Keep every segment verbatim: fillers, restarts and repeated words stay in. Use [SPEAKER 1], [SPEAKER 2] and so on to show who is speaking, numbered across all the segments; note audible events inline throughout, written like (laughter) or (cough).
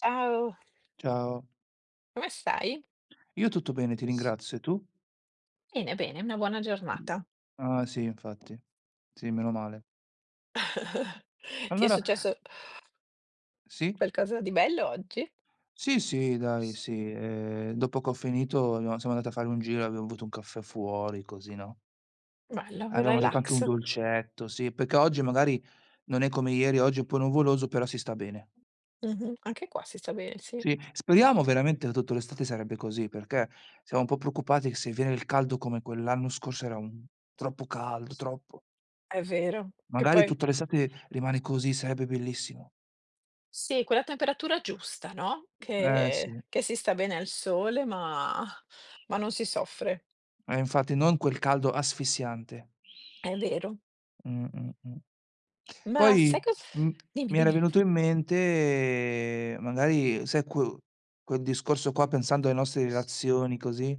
[SPEAKER 1] Ciao,
[SPEAKER 2] Ciao.
[SPEAKER 1] come stai?
[SPEAKER 2] Io tutto bene, ti ringrazio. E tu?
[SPEAKER 1] Bene, bene, una buona
[SPEAKER 2] Mh.
[SPEAKER 1] giornata.
[SPEAKER 2] Ah sì, infatti. Sì, meno male.
[SPEAKER 1] (laughs) Ti è
[SPEAKER 2] Allora
[SPEAKER 1] successo
[SPEAKER 2] sì?
[SPEAKER 1] qualcosa di bello oggi?
[SPEAKER 2] Sì, sì, dai, sì. Ehm, dopo che ho finito abbiamo siamo andati a fare un giro, abbiamo bevuto un caffè fuori, così, no,
[SPEAKER 1] Bello, il
[SPEAKER 2] abbiamo mangiato anche un
[SPEAKER 1] relax.
[SPEAKER 2] dolcetto, sì, perché oggi magari non è come ieri, oggi è un po' nuvoloso, però si sta bene.
[SPEAKER 1] Mh-mh. Anche qua si sta bene, sì.
[SPEAKER 2] Sì, speriamo veramente che tutta l'estate sarebbe così, perché siamo un po' preoccupati che se viene il caldo come quell'anno scorso era un troppo caldo, troppo.
[SPEAKER 1] È vero, che
[SPEAKER 2] Magari
[SPEAKER 1] poi
[SPEAKER 2] tutta l'estate rimane così, sarebbe bellissimo.
[SPEAKER 1] sì, quella temperatura giusta, no,
[SPEAKER 2] Eh
[SPEAKER 1] che
[SPEAKER 2] sì,
[SPEAKER 1] che si sta bene al sole, ma ma non si soffre.
[SPEAKER 2] eh infatti non quel caldo asfissiante.
[SPEAKER 1] È vero.
[SPEAKER 2] Mh, mh, mh.
[SPEAKER 1] Ma
[SPEAKER 2] Poi,
[SPEAKER 1] sai cos
[SPEAKER 2] m
[SPEAKER 1] dimmi,
[SPEAKER 2] mi era
[SPEAKER 1] dimmi.
[SPEAKER 2] venuto in mente magari sai que quel discorso qua pensando alle nostre relazioni così,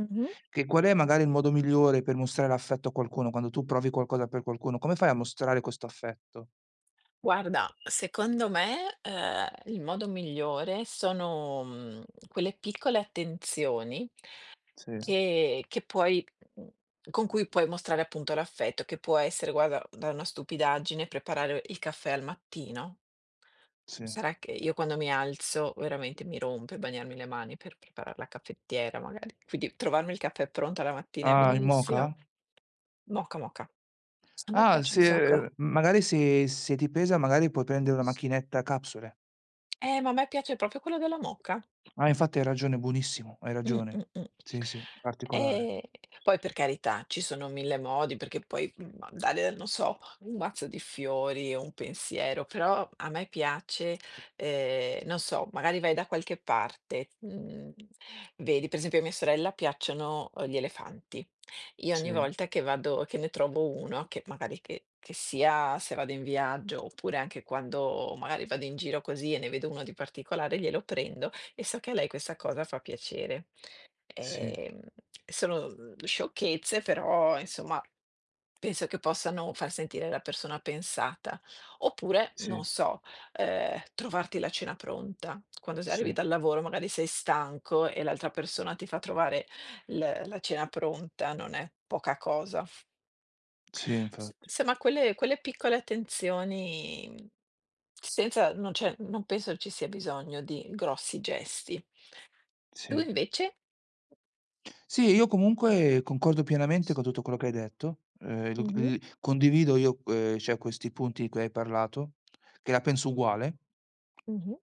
[SPEAKER 1] Mh-mh.
[SPEAKER 2] che qual è magari il modo migliore per mostrare affetto a qualcuno, quando tu provi qualcosa per qualcuno, come fai a mostrare questo affetto?
[SPEAKER 1] Guarda, secondo me, ehm, il modo migliore sono, mhmm, quelle piccole attenzioni
[SPEAKER 2] Sì,
[SPEAKER 1] che che puoi, mhmm, con cui puoi mostrare appunto l'affetto, che può essere, guarda, da una stupidaggine preparare il caffè al mattino.
[SPEAKER 2] sì.
[SPEAKER 1] Sarà che io quando mi alzo veramente mi rompe bagnarmi le mani per preparar la caffettiera magari, quindi trovarmi il caffè pronto alla mattina è
[SPEAKER 2] Ah, in moka?
[SPEAKER 1] bellissimo. Moka moka. A me
[SPEAKER 2] Ah,
[SPEAKER 1] piace un
[SPEAKER 2] se
[SPEAKER 1] sacco.
[SPEAKER 2] magari se se ti pesa magari puoi prendere una macchinetta a capsule.
[SPEAKER 1] Eh, ma a me piace proprio quello della moka.
[SPEAKER 2] Ah, infatti hai ragione, buonissimo, hai
[SPEAKER 1] Mh, mh,
[SPEAKER 2] ragione.
[SPEAKER 1] mh.
[SPEAKER 2] Sì, sì, particolare.
[SPEAKER 1] Ehm, poi per carità, ci sono mille modi, perché poi, mhmm, mandare, non so, un mazzo di fiori, un pensiero, però a me piace, ehm, non so, magari vai da qualche parte, mhmm, vedi, per esempio a mia sorella piacciono, uhm, gli elefanti. Io ogni
[SPEAKER 2] Sì,
[SPEAKER 1] volta che vado che ne trovo uno, che magari che che sia, se vado in viaggio, oppure anche quando magari vado in giro così e ne vedo uno di particolare, glielo prendo e so che a lei questa cosa fa piacere.
[SPEAKER 2] sì,
[SPEAKER 1] Ehm, sono, mhmm, sciocchezze, però insomma penso che possano far sentire la persona pensata. Oppure,
[SPEAKER 2] sì,
[SPEAKER 1] non so, ehm, trovarti la cena pronta. Quando s
[SPEAKER 2] sì,
[SPEAKER 1] arrivi dal lavoro magari sei stanco e l'altra persona ti fa trovare l la cena pronta, non è poca cosa.
[SPEAKER 2] sì,
[SPEAKER 1] S
[SPEAKER 2] infatti,
[SPEAKER 1] insomma quelle quelle piccole attenzioni, mhmm, senza, non, cioè, non penso ci sia bisogno di grossi gesti. Tu
[SPEAKER 2] sì.
[SPEAKER 1] invece?
[SPEAKER 2] Sì, io
[SPEAKER 1] Mh.
[SPEAKER 2] comunque concordo pienamente con tutto quello che hai detto. Ehm, lo g
[SPEAKER 1] Mh-mh,
[SPEAKER 2] l condivido io, ehm, cioè questi punti di cui hai parlato, che la penso uguale.
[SPEAKER 1] mh-mh.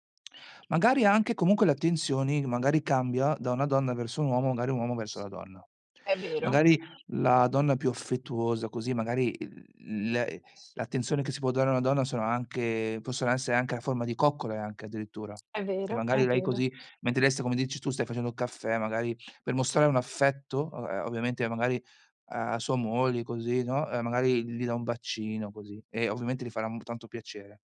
[SPEAKER 2] Magari anche comunque le attenzioni magari cambia da una donna verso un uomo, magari un uomo verso la donna.
[SPEAKER 1] È vero,
[SPEAKER 2] Magari la donna è più affettuosa, così magari il le l'attenzione che si può dare a una donna sono anche possono essere anche a forma di coccole anche addirittura,
[SPEAKER 1] è
[SPEAKER 2] che
[SPEAKER 1] vero,
[SPEAKER 2] magari
[SPEAKER 1] è
[SPEAKER 2] lei
[SPEAKER 1] vero.
[SPEAKER 2] così mentre lei sta come dici tu, stai facendo il caffè, magari per mostrare un affetto, o ehm, ovviamente magari a sua moglie così, no, ehm, magari gli dà un bacino così e ovviamente gli farà m tanto piacere.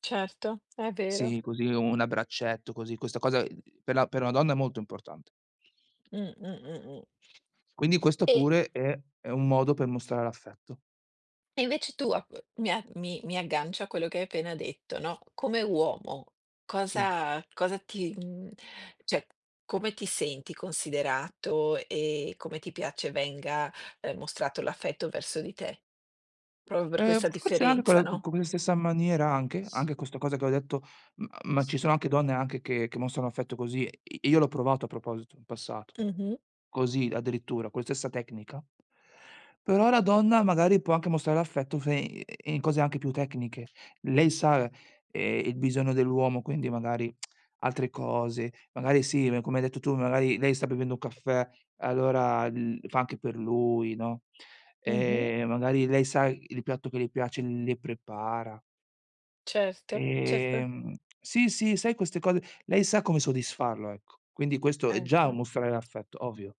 [SPEAKER 1] Certo, è vero.
[SPEAKER 2] Sì, così un abbraccetto, così. Questa cosa, ehm, per la per una donna è molto importante.
[SPEAKER 1] Mh, mh, mh, mh.
[SPEAKER 2] Quindi questo
[SPEAKER 1] E
[SPEAKER 2] pure è è un modo per mostrare affetto,
[SPEAKER 1] e invece tu ap mi a mi mi aggancio a quello che hai appena detto, no, come uomo
[SPEAKER 2] sì.
[SPEAKER 1] cosa cosa ti, mhmm, cioè come ti senti considerato e come ti piace venga, ehm, mostrato l'affetto verso di te? Proprio per
[SPEAKER 2] Ehm,
[SPEAKER 1] questa
[SPEAKER 2] forse anche con
[SPEAKER 1] differenza,
[SPEAKER 2] la co
[SPEAKER 1] no?
[SPEAKER 2] con la stessa maniera anche, anche questa cosa che ho detto, m ma ci sono anche donne anche che che mostrano affetto così, e io l'ho provato a proposito in passato.
[SPEAKER 1] Mh-mh,
[SPEAKER 2] Così, addirittura, con la stessa tecnica. Però la donna magari può anche mostrare affetto se i in cose anche più tecniche. Lei sa, ehm, il bisogno dell'uomo, quindi magari altre cose, magari sì, ma come hai detto tu, magari lei sta bevendo un caffè, allora l fa anche per lui, no,
[SPEAKER 1] mh-mh,
[SPEAKER 2] ehm, magari lei sa il piatto che le piace, le prepara.
[SPEAKER 1] certo, certo,
[SPEAKER 2] Ehm, sì, sì, sai queste cose lei sa come soddisfarlo, ecco. Quindi questo è già un
[SPEAKER 1] ecco.
[SPEAKER 2] mostrare affetto, ovvio,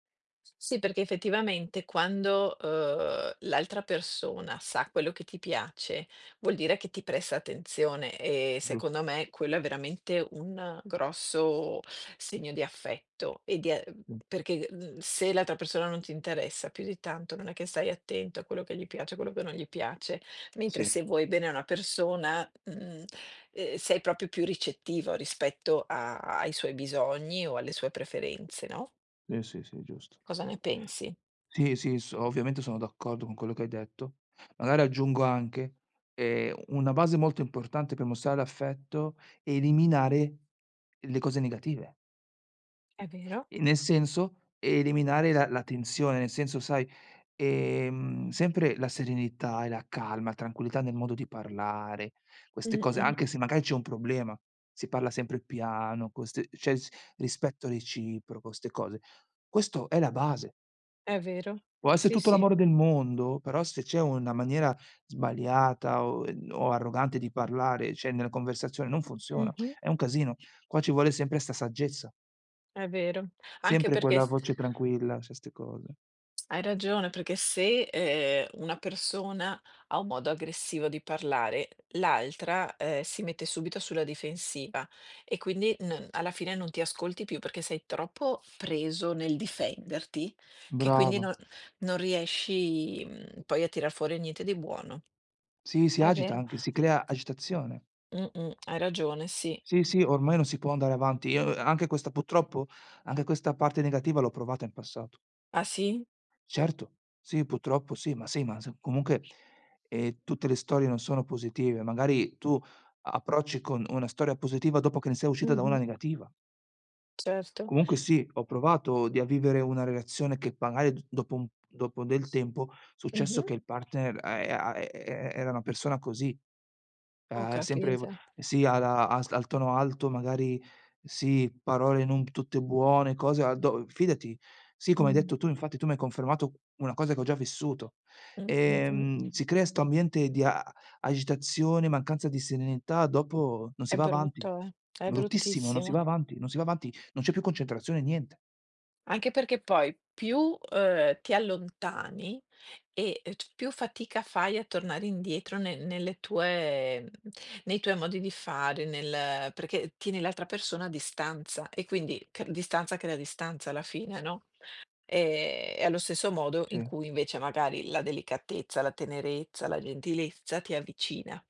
[SPEAKER 1] Sì, perché effettivamente quando, uhm, l'altra persona sa quello che ti piace, vuol dire che ti presta attenzione, e
[SPEAKER 2] giust
[SPEAKER 1] secondo me quello è veramente un, eh, grosso segno di affetto e di a mhmm, perché, mhmm, se l'altra persona non ti interessa più di tanto, non è che stai attento a quello che gli piace, a quello che non gli piace, mentre
[SPEAKER 2] Sì,
[SPEAKER 1] se vuoi bene a una persona, mhmm, ehm, sei proprio più ricettivo rispetto a ai suoi bisogni o alle sue preferenze, no,
[SPEAKER 2] sì, sì, sì, giusto.
[SPEAKER 1] cosa ne pensi?
[SPEAKER 2] Sì, sì, s ovviamente sono d'accordo con quello che hai detto. Magari aggiungo anche, ehm, una base molto importante per mostrare l'affetto è eliminare le cose negative.
[SPEAKER 1] È vero.
[SPEAKER 2] Ehm, nel senso, eliminare la la tensione, nel senso sai, ehm, sempre la serenità e la calma, la tranquillità nel modo di parlare, queste cose, anche
[SPEAKER 1] Mh-mh.
[SPEAKER 2] se magari c'è un problema, si parla sempre piano, queste cioè s rispetto reciproco, 'ste cose. Questo è la base.
[SPEAKER 1] È vero.
[SPEAKER 2] Può essere
[SPEAKER 1] Sì,
[SPEAKER 2] tutto
[SPEAKER 1] sì.
[SPEAKER 2] l'amore del mondo, però se c'è una maniera sbagliata o ehm, o arrogante di parlare, cioè nella conversazione, non funziona,
[SPEAKER 1] Mh-mh.
[SPEAKER 2] è un casino. Qua ci vuole sempre 'sta saggezza,
[SPEAKER 1] È vero. Anche
[SPEAKER 2] sempre
[SPEAKER 1] perché
[SPEAKER 2] quella
[SPEAKER 1] s
[SPEAKER 2] voce tranquilla, cioè 'ste cose.
[SPEAKER 1] hai ragione, perché se, ehm, una persona ha un modo aggressivo di parlare, l'altra, ehm, si mette subito sulla difensiva e quindi n alla fine non ti ascolti più perché sei troppo preso nel difenderti, che quindi
[SPEAKER 2] Brava.
[SPEAKER 1] non non riesci, mhmm, poi, a tirar fuori niente di buono.
[SPEAKER 2] Sì, si
[SPEAKER 1] È
[SPEAKER 2] agita
[SPEAKER 1] vero.
[SPEAKER 2] anche, si crea agitazione.
[SPEAKER 1] Mh-mh, hai ragione, sì.
[SPEAKER 2] Sì, sì, ormai non si può andare avanti. Io anche questa purtroppo, anche questa parte negativa l'ho provata in passato.
[SPEAKER 1] Ah sì?
[SPEAKER 2] Certo, sì, purtroppo sì, ma sì, ma s comunque, ehm, tutte le storie non sono positive. Magari tu approcci con una storia positiva dopo che ne sei uscita da una
[SPEAKER 1] Mh-mh.
[SPEAKER 2] negativa.
[SPEAKER 1] Certo.
[SPEAKER 2] Comunque sì, ho provato di a vivere una relazione che magari d dopo un dopo del tempo, è successo
[SPEAKER 1] Mh-mh,
[SPEAKER 2] che il partner, ehm, a e e era una persona così.
[SPEAKER 1] ho
[SPEAKER 2] Ehm, sempre
[SPEAKER 1] capito.
[SPEAKER 2] sì alla a s al tono alto, magari sì, parole non tutte buone, cose a do fidati, sì, come hai
[SPEAKER 1] Mh.
[SPEAKER 2] detto tu, infatti tu mi hai confermato una cosa che ho già vissuto.
[SPEAKER 1] Mh, mh, mh.
[SPEAKER 2] Ehm, si crea 'sto ambiente di a agitazione, mancanza di serenità, dopo non si
[SPEAKER 1] È
[SPEAKER 2] va avanti.
[SPEAKER 1] brutto, eh. È
[SPEAKER 2] Bruttissimo, non si
[SPEAKER 1] bruttissimo.
[SPEAKER 2] va avanti, non si va avanti, non c'è più concentrazione, niente.
[SPEAKER 1] Anche perché poi più, ehm, ti allontani e e c più fatica fai a tornare indietro, ne nelle tue, mhmm, nei tuoi modi di fare, nel, perché tieni l'altra persona a distanza e quindi c distanza crea distanza alla fine, no? Ehm, e allo stesso modo
[SPEAKER 2] Sì,
[SPEAKER 1] in cui invece magari la delicatezza, la tenerezza, la gentilezza ti avvicina.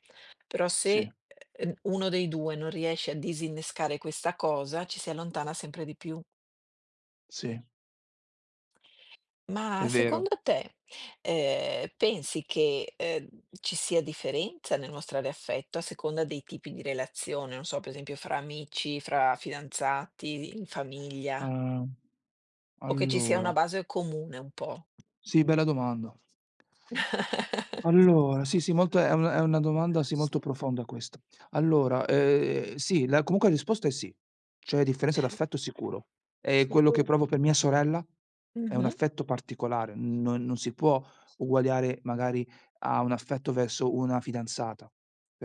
[SPEAKER 1] Però se,
[SPEAKER 2] sì,
[SPEAKER 1] ehm, uno dei due non riesce a disinnescare questa cosa, ci si allontana sempre di più.
[SPEAKER 2] sì,
[SPEAKER 1] Mh.
[SPEAKER 2] è
[SPEAKER 1] Ma
[SPEAKER 2] vero.
[SPEAKER 1] secondo te, ehm, pensi che, ehm, ci sia differenza nel mostrare affetto a seconda dei tipi di relazione? Non so, per esempio fra amici, fra fidanzati, in famiglia,
[SPEAKER 2] Uhm,
[SPEAKER 1] o che ci sia
[SPEAKER 2] allora
[SPEAKER 1] una base comune un po'?
[SPEAKER 2] sì, bella domanda.
[SPEAKER 1] (laughs)
[SPEAKER 2] Allora, sì, sì, molto è una è una domanda, sì, molto profonda questa. Allora, ehm, sì, la comunque la risposta è sì. C'è differenza d'affetto sicuro. E quello che
[SPEAKER 1] Sicuro.
[SPEAKER 2] provo per mia sorella è un
[SPEAKER 1] Mh-mh,
[SPEAKER 2] affetto particolare, non non si può uguagliare magari a un affetto verso una fidanzata,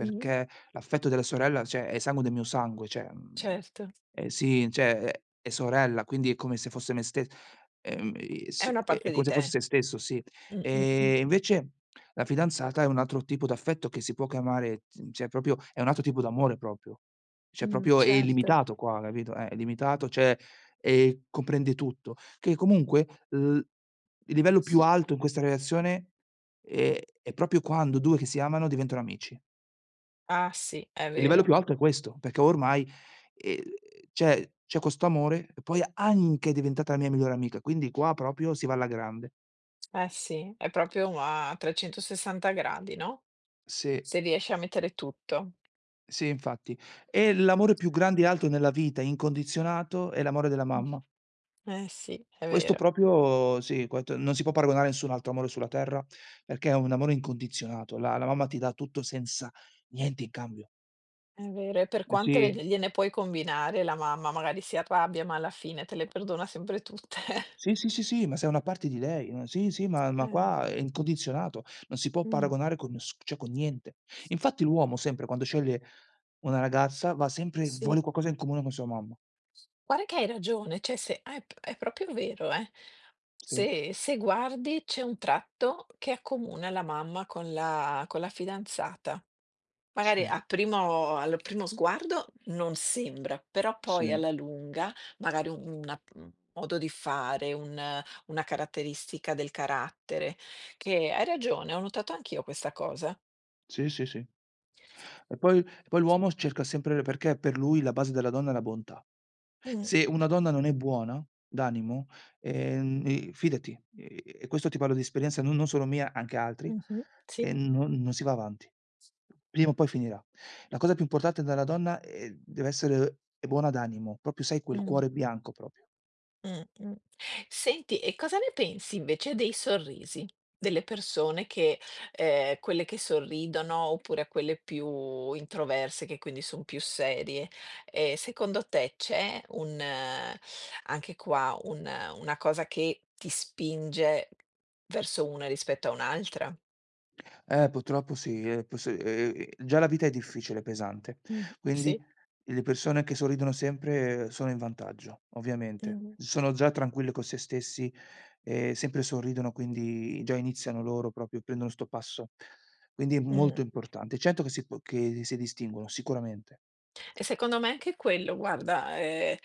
[SPEAKER 1] mh,
[SPEAKER 2] l'affetto della sorella, cioè, è sangue del mio sangue, cioè, mhmm,
[SPEAKER 1] certo.
[SPEAKER 2] ehm, sì, cioè, è è sorella, quindi è come se fosse me stes ehm, i
[SPEAKER 1] È
[SPEAKER 2] su
[SPEAKER 1] una
[SPEAKER 2] è è
[SPEAKER 1] parte
[SPEAKER 2] come
[SPEAKER 1] di
[SPEAKER 2] se fosse
[SPEAKER 1] te.
[SPEAKER 2] se stesso, sì.
[SPEAKER 1] Mh, mh, mh,
[SPEAKER 2] Ehm, invece la fidanzata è un altro tipo d'affetto che si può chiamare mhmm, cioè proprio è un altro tipo d'amore proprio. Cioè
[SPEAKER 1] mh,
[SPEAKER 2] proprio è
[SPEAKER 1] certo.
[SPEAKER 2] illimitato qua, capito? Eh, è illimitato, cioè, ehm, comprende tutto. Che comunque l Il livello più
[SPEAKER 1] Sì.
[SPEAKER 2] alto in questa relazione è è proprio quando due che si amano diventano amici.
[SPEAKER 1] Ah sì, è
[SPEAKER 2] Il livello più
[SPEAKER 1] vero.
[SPEAKER 2] alto è questo, perché ormai, ehm, c'è c'è questo amore e poi anche è diventata la mia migliore amica, quindi qua proprio si va alla grande.
[SPEAKER 1] Eh sì, è proprio a trecentosessanta gradi, no,
[SPEAKER 2] Sì.
[SPEAKER 1] se riesci a mettere tutto.
[SPEAKER 2] Sì, infatti. E l'amore più grande e alto nella vita, incondizionato, è l'amore della
[SPEAKER 1] Mh,
[SPEAKER 2] mamma.
[SPEAKER 1] eh sì, è
[SPEAKER 2] Questo
[SPEAKER 1] vero,
[SPEAKER 2] proprio sì, questo non si può paragonare a nessun altro amore sulla terra, perché è un amore incondizionato. La la mamma ti dà tutto senza niente in cambio.
[SPEAKER 1] è vero. E per
[SPEAKER 2] Eh
[SPEAKER 1] quante le
[SPEAKER 2] sì.
[SPEAKER 1] gliene puoi combinare, la mamma magari si arrabbia, ma alla fine te le perdona sempre tutte.
[SPEAKER 2] Sì,
[SPEAKER 1] (laughs)
[SPEAKER 2] sì, sì, sì, ma sei una parte di lei. Uhm, sì, sì, ma ma
[SPEAKER 1] Eh,
[SPEAKER 2] qua è incondizionato, non si può
[SPEAKER 1] mh,
[SPEAKER 2] paragonare con ness cioè con niente. Infatti l'uomo sempre quando sceglie una ragazza va sempre vuole
[SPEAKER 1] sì.
[SPEAKER 2] qualcosa in comune con sua mamma.
[SPEAKER 1] Guarda che hai ragione, cioè se ah, è p è proprio vero, eh.
[SPEAKER 2] Sì,
[SPEAKER 1] Se se guardi c'è un tratto che accomuna la mamma con la con la fidanzata.
[SPEAKER 2] sì,
[SPEAKER 1] Magari a primo al primo sguardo non sembra, però
[SPEAKER 2] sì,
[SPEAKER 1] poi alla lunga, magari un una un modo di fare, un una caratteristica del carattere, che hai ragione, ho notato anch'io questa cosa.
[SPEAKER 2] sì, sì, sì. E poi e poi l'uomo cerca sempre perché per lui la base della donna è la bontà.
[SPEAKER 1] Mh.
[SPEAKER 2] Se una donna non è buona d'animo, ehm, e fidati, ehm, e questo ti parlo di esperienza non non solo mia, anche altri,
[SPEAKER 1] Mh-mh. Sì.
[SPEAKER 2] ehm, non non si va avanti. Prima o poi finirà. La cosa più importante della donna, ehm, deve essere eh, buona d'animo, proprio sai quel
[SPEAKER 1] Mh.
[SPEAKER 2] cuore bianco proprio.
[SPEAKER 1] Mh-mh. Senti, e cosa ne pensi invece dei sorrisi? Delle persone che, ehm, quelle che sorridono oppure quelle più introverse, che quindi son più serie. Ehm, secondo te c'è un, eh, anche qua un, eh, una cosa che ti spinge verso una rispetto a un'altra?
[SPEAKER 2] Eh, purtroppo sì, ehm, pos ehm, già la vita è difficile, pesante,
[SPEAKER 1] Mh,
[SPEAKER 2] quindi
[SPEAKER 1] sì.
[SPEAKER 2] e le persone che sorridono sempre sono in vantaggio, ovviamente.
[SPEAKER 1] Mh-mh.
[SPEAKER 2] Sono già tranquille con se stessi e sempre sorridono, quindi già iniziano loro proprio, prendono 'sto passo. Quindi è
[SPEAKER 1] Mh.
[SPEAKER 2] molto importante. Certo che si può che si distinguono, sicuramente.
[SPEAKER 1] E secondo me anche quello, guarda, ehm,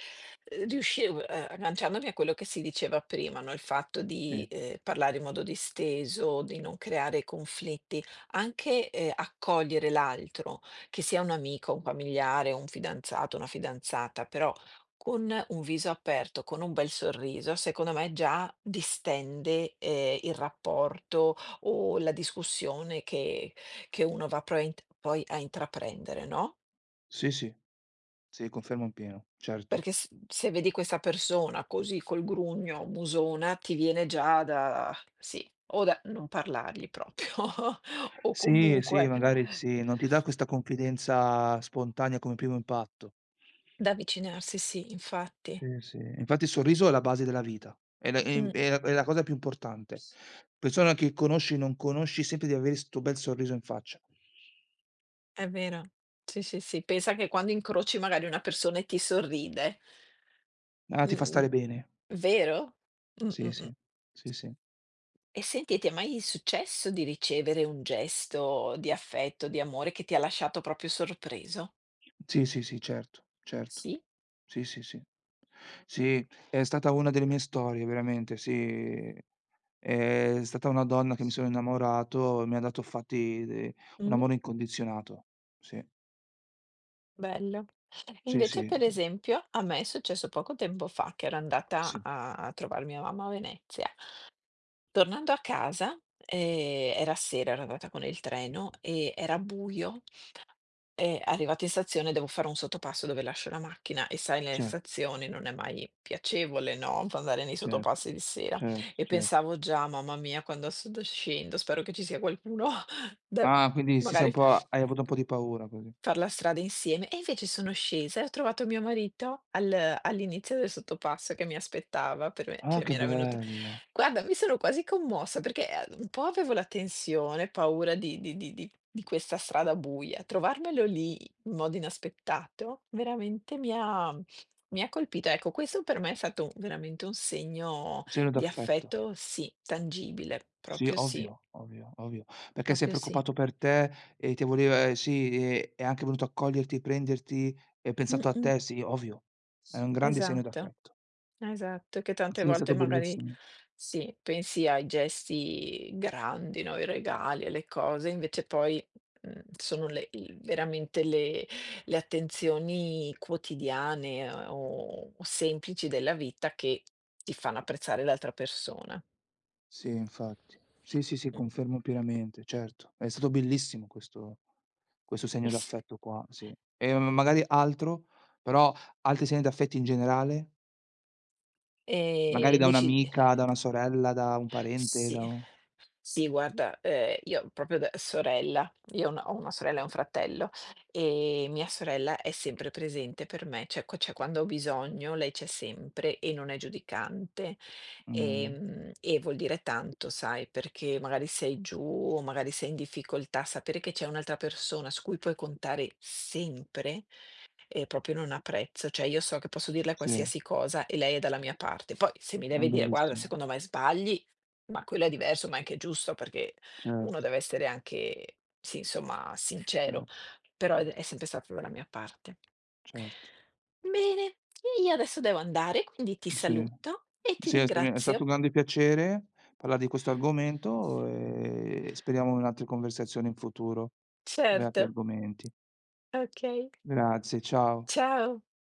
[SPEAKER 1] riusci uhm, agganciandomi a quello che si diceva prima, no, il fatto
[SPEAKER 2] Sì.
[SPEAKER 1] di, ehm, parlare in modo disteso, di non creare conflitti, anche, ehm, accogliere l'altro, che sia un amico, un familiare, un fidanzato, una fidanzata, però con un viso aperto, con un bel sorriso, secondo me già distende, ehm, il rapporto o la discussione che che uno va probabilmente poi a intraprendere, no?
[SPEAKER 2] Sì, sì, sì, confermo in pieno, certo.
[SPEAKER 1] Perché s se vedi questa persona così col grugno, musona, ti viene già da sì, o da non parlargli proprio, (laughs) o
[SPEAKER 2] Sì, sì,
[SPEAKER 1] comunque
[SPEAKER 2] magari sì, non ti dà questa confidenza spontanea come primo impatto.
[SPEAKER 1] da avvicinarsi, sì, infatti.
[SPEAKER 2] Sì, sì. Infatti il sorriso è la base della vita, è la ehm,
[SPEAKER 1] Mh.
[SPEAKER 2] è la è la cosa più importante. Persona che conosci, non conosci, sempre devi avere 'sto bel sorriso in faccia.
[SPEAKER 1] È vero. Sì, sì, sì. Pensa che quando incroci magari una persona e ti sorride.
[SPEAKER 2] Ah, ti fa
[SPEAKER 1] Mhmm,
[SPEAKER 2] stare bene.
[SPEAKER 1] vero? Mh, mh,
[SPEAKER 2] Sì, sì.
[SPEAKER 1] mh.
[SPEAKER 2] Sì, sì.
[SPEAKER 1] E senti, ti è mai successo di ricevere un gesto di affetto, di amore che ti ha lasciato proprio sorpreso?
[SPEAKER 2] Sì, sì, sì, certo, certo.
[SPEAKER 1] Sì?
[SPEAKER 2] Sì, sì, sì. Sì, è stata una delle mie storie veramente, sì. È stata una donna che mi sono innamorato, mi ha dato fatti de un
[SPEAKER 1] Mh.
[SPEAKER 2] amore incondizionato. Sì.
[SPEAKER 1] Bello.
[SPEAKER 2] Sì,
[SPEAKER 1] Invece,
[SPEAKER 2] sì,
[SPEAKER 1] per
[SPEAKER 2] sì.
[SPEAKER 1] esempio, a me è successo poco tempo fa che ero
[SPEAKER 2] Sì,
[SPEAKER 1] andata a a trovar mia mamma a Venezia. Tornando a casa, ehm, era sera, ero andata con il treno e era buio, e arrivata in stazione devo fare un sottopasso dove lascio la macchina, e sai, nelle
[SPEAKER 2] certo,
[SPEAKER 1] stazioni non è mai piacevole, no, andare nei
[SPEAKER 2] certo,
[SPEAKER 1] sottopassi di sera,
[SPEAKER 2] certo,
[SPEAKER 1] e
[SPEAKER 2] cer
[SPEAKER 1] pensavo già: "Mamma mia, quando s d scendo spero che ci sia qualcuno (laughs) da
[SPEAKER 2] Ah, quindi sì, sei un
[SPEAKER 1] magari"
[SPEAKER 2] po' hai avuto un po' di paura così.
[SPEAKER 1] far la strada insieme. E invece sono scesa e ho trovato mio marito al all'inizio del sottopasso, che mi aspettava, per me,
[SPEAKER 2] Ah,
[SPEAKER 1] cioè, mi
[SPEAKER 2] che
[SPEAKER 1] era venuta,
[SPEAKER 2] bello.
[SPEAKER 1] guarda, mi sono quasi commossa perché, ehm, un po' avevo la tensione, paura di di di di di questa strada buia. Trovarmelo lì in modo inaspettato veramente mi ha mi ha colpito. Ecco, questo per me è stato un veramente un segno
[SPEAKER 2] Segno
[SPEAKER 1] di
[SPEAKER 2] d'affetto.
[SPEAKER 1] affetto, sì, tangibile,
[SPEAKER 2] Sì,
[SPEAKER 1] proprio sì,
[SPEAKER 2] ovvio, ovvio, ovvio, perché si è
[SPEAKER 1] proprio sì.
[SPEAKER 2] preoccupato per te e ti voleva eh, sì, e è anche venuto a coglierti, prenderti, e ha pensato a
[SPEAKER 1] Mh-mh.
[SPEAKER 2] te, sì, ovvio. È un grande segno
[SPEAKER 1] Esatto.
[SPEAKER 2] d'affetto.
[SPEAKER 1] Esatto, che tante
[SPEAKER 2] Sì, è stato
[SPEAKER 1] volte magari,
[SPEAKER 2] bellissimo.
[SPEAKER 1] sì, pensi ai gesti grandi, no, i regali, alle cose, invece poi, mhmm, sono le il veramente le le attenzioni quotidiane, eh, o o semplici della vita, che ti fanno apprezzare l'altra persona.
[SPEAKER 2] Sì, infatti. Sì, sì, sì,
[SPEAKER 1] Mh.
[SPEAKER 2] confermo pienamente, certo. È stato bellissimo questo questo segno
[SPEAKER 1] E s
[SPEAKER 2] d'affetto qua, sì. E magari altro però altri segni d'affetti in generale? Magari
[SPEAKER 1] ehm,
[SPEAKER 2] da
[SPEAKER 1] dici.
[SPEAKER 2] un'amica, da una sorella, da un parente, da
[SPEAKER 1] Sì.
[SPEAKER 2] un
[SPEAKER 1] Sì, guarda, ehm, io proprio da sorella, io ho una ho una sorella e un fratello, e mia sorella è sempre presente per me, cioè qua cioè quando ho bisogno lei c'è sempre e non è giudicante,
[SPEAKER 2] mh,
[SPEAKER 1] ehm, e vuol dire tanto, sai, perché magari sei giù o magari sei in difficoltà, sapere che c'è un'altra persona su cui puoi contare sempre, e proprio non ha prezzo, cioè io so che posso dirle
[SPEAKER 2] sì, è
[SPEAKER 1] qualsiasi cosa e lei è dalla mia parte. Poi se mi deve dire: "Guarda,
[SPEAKER 2] bellissimo.
[SPEAKER 1] secondo me sbagli", ma quello è diverso, ma è anche giusto, perché uno
[SPEAKER 2] Certo,
[SPEAKER 1] deve essere anche, sì, insomma, sincero,
[SPEAKER 2] certo,
[SPEAKER 1] però è è
[SPEAKER 2] certo,
[SPEAKER 1] sempre stato dalla mia parte.
[SPEAKER 2] certo.
[SPEAKER 1] Bene, io adesso devo andare, quindi ti
[SPEAKER 2] Sì.
[SPEAKER 1] saluto e ti
[SPEAKER 2] Sì, è sta è stato
[SPEAKER 1] ringrazio.
[SPEAKER 2] un grande piacere parlar di questo argomento e speriamo in altre conversazioni in futuro, su altri
[SPEAKER 1] Certo,
[SPEAKER 2] argomenti.
[SPEAKER 1] okay.
[SPEAKER 2] Grazie, ciao.
[SPEAKER 1] Ciao.